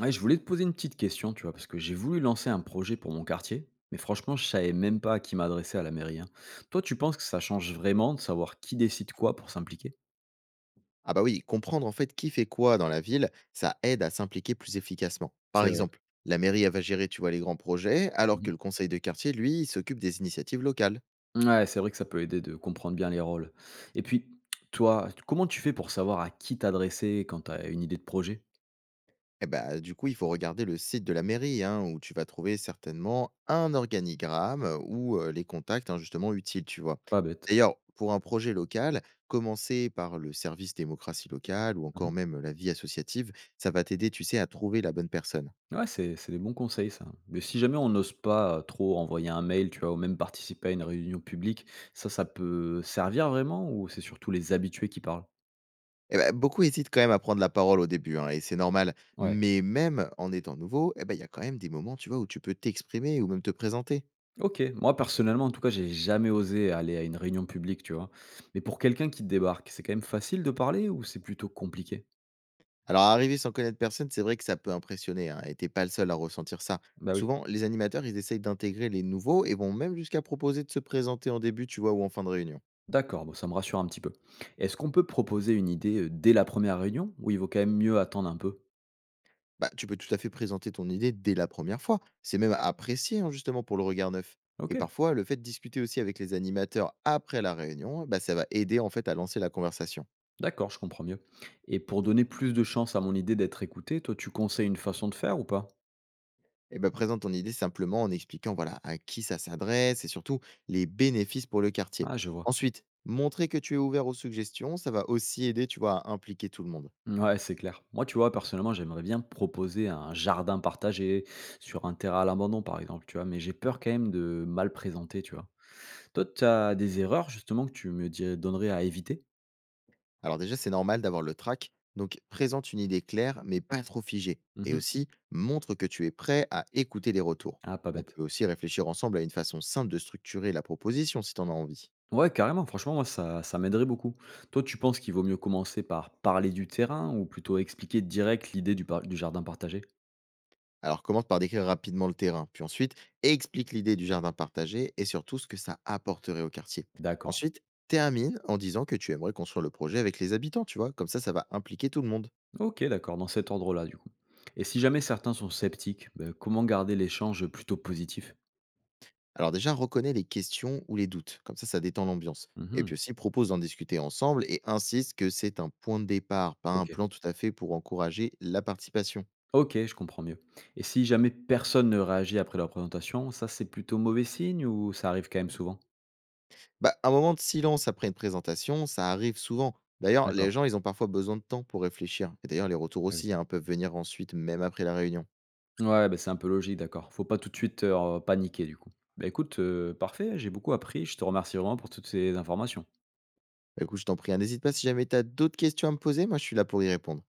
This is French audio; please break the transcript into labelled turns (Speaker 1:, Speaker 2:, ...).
Speaker 1: Ouais, je voulais te poser une petite question, tu vois, parce que j'ai voulu lancer un projet pour mon quartier, mais franchement, je savais même pas à qui m'adresser à la mairie, hein. Toi, tu penses que ça change vraiment de savoir qui décide quoi pour s'impliquer?
Speaker 2: Ah bah oui, comprendre en fait qui fait quoi dans la ville, ça aide à s'impliquer plus efficacement. Par
Speaker 1: C'est vrai.
Speaker 2: exemple, la mairie elle va gérer, tu vois, les grands projets, alors que
Speaker 1: Mhm.
Speaker 2: le conseil de quartier, lui, il s'occupe des initiatives locales.
Speaker 1: Ouais, c'est vrai que ça peut aider de comprendre bien les rôles. Et puis, toi, comment tu fais pour savoir à qui t'adresser quand tu as une idée de projet?
Speaker 2: Et bah du coup, il faut regarder le site de la mairie, hein, où tu vas trouver certainement un organigramme ou les contacts, hein, justement utiles, tu vois.
Speaker 1: Pas bête.
Speaker 2: D'ailleurs, pour un projet local, commencer par le service démocratie locale ou encore
Speaker 1: Mhm.
Speaker 2: même la vie associative, ça va t'aider, tu sais, à trouver la bonne personne.
Speaker 1: Ouais, c'est des bons conseils, ça. Mais si jamais on n'ose pas trop envoyer un mail, tu vois, ou même participer à une réunion publique, ça peut servir vraiment ou c'est surtout les habitués qui parlent?
Speaker 2: Eh bah, beaucoup hésitent quand même à prendre la parole au début, hein, et c'est normal.
Speaker 1: Ouais.
Speaker 2: Mais même en étant nouveau, eh ben, il y a quand même des moments, tu vois, où tu peux t'exprimer ou même te présenter.
Speaker 1: OK. Moi, personnellement, en tout cas, j'ai jamais osé aller à une réunion publique, tu vois? Mais pour quelqu'un qui débarque, c'est quand même facile de parler ou c'est plutôt compliqué?
Speaker 2: Alors, arriver sans connaître personne, c'est vrai que ça peut impressionner, hein, et t'es pas le seul à ressentir ça.
Speaker 1: Bah oui.
Speaker 2: Souvent, les animateurs, ils essayent d'intégrer les nouveaux et vont même jusqu'à proposer de se présenter en début, tu vois, ou en fin de réunion.
Speaker 1: D'accord, bon, ça me rassure un petit peu. Est-ce qu'on peut proposer une idée dès la première réunion ou il vaut quand même mieux attendre un peu?
Speaker 2: Bah, tu peux tout à fait présenter ton idée dès la première fois. C'est même apprécié, hein, justement, pour le regard neuf. Et
Speaker 1: OK,
Speaker 2: parfois, le fait de discuter aussi avec les animateurs après la réunion, bah, ça va aider en fait à lancer la conversation.
Speaker 1: d'accord, je comprends mieux. Et pour donner plus de chance à mon idée d'être écoutée, toi, tu conseilles une façon de faire ou pas?
Speaker 2: Eh ben, présente ton idée simplement en expliquant voilà, à qui ça s'adresse et surtout les bénéfices pour le quartier.
Speaker 1: Ah, je vois.
Speaker 2: Ensuite, montrer que tu es ouvert aux suggestions, ça va aussi aider, tu vois, à impliquer tout le monde.
Speaker 1: Ouais, c'est clair. Moi, tu vois, personnellement, j'aimerais bien proposer un jardin partagé sur un terrain à l'abandon, par exemple, tu vois, mais j'ai peur quand même de mal présenter, tu vois. Toi, tu as des erreurs justement que tu me dirais donnerais à éviter?
Speaker 2: Alors déjà, c'est normal d'avoir le trac, donc présente une idée claire mais pas trop figée. Et
Speaker 1: Mmh.
Speaker 2: aussi, montre que tu es prêt à écouter les retours.
Speaker 1: Ah, pas
Speaker 2: On
Speaker 1: bête.
Speaker 2: peut aussi réfléchir ensemble à une façon simple de structurer la proposition si tu en as envie.
Speaker 1: Ouais, carrément, franchement, moi, ça m'aiderait beaucoup. Toi, tu penses qu'il vaut mieux commencer par parler du terrain ou plutôt expliquer direct l'idée du jardin partagé?
Speaker 2: Alors commence par décrire rapidement le terrain, puis ensuite explique l'idée du jardin partagé et surtout ce que ça apporterait au quartier.
Speaker 1: D'accord.
Speaker 2: Ensuite, termine en disant que tu aimerais construire le projet avec les habitants, tu vois, comme ça ça va impliquer tout le monde.
Speaker 1: OK, d'accord, dans cet ordre-là, du coup. Et si jamais certains sont sceptiques, bah, comment garder l'échange plutôt positif?
Speaker 2: Alors déjà, reconnais les questions ou les doutes, comme ça ça détend l'ambiance. Et puis
Speaker 1: Mmh.
Speaker 2: aussi, propose d'en discuter ensemble et insiste que c'est un point de départ, pas un
Speaker 1: OK.
Speaker 2: plan tout à fait pour encourager la participation.
Speaker 1: OK, je comprends mieux. Et si jamais personne ne réagit après la présentation, ça, c'est plutôt mauvais signe ou ça arrive quand même souvent?
Speaker 2: Bah, un moment de silence après une présentation, ça arrive souvent. D'ailleurs, les
Speaker 1: D'accord.
Speaker 2: gens, ils ont parfois besoin de temps pour réfléchir. Et d'ailleurs, les retours
Speaker 1: Ah oui.
Speaker 2: aussi, hein, peuvent venir ensuite, même après la réunion.
Speaker 1: Ouais, bah, c'est un peu logique, d'accord. Faut pas tout de suite, paniquer du coup. Bah, écoute, parfait, j'ai beaucoup appris, je te remercie vraiment pour toutes ces informations.
Speaker 2: Bah, écoute, je t'en prie, hein, n'hésite pas si jamais tu as d'autres questions à me poser, moi je suis là pour y répondre.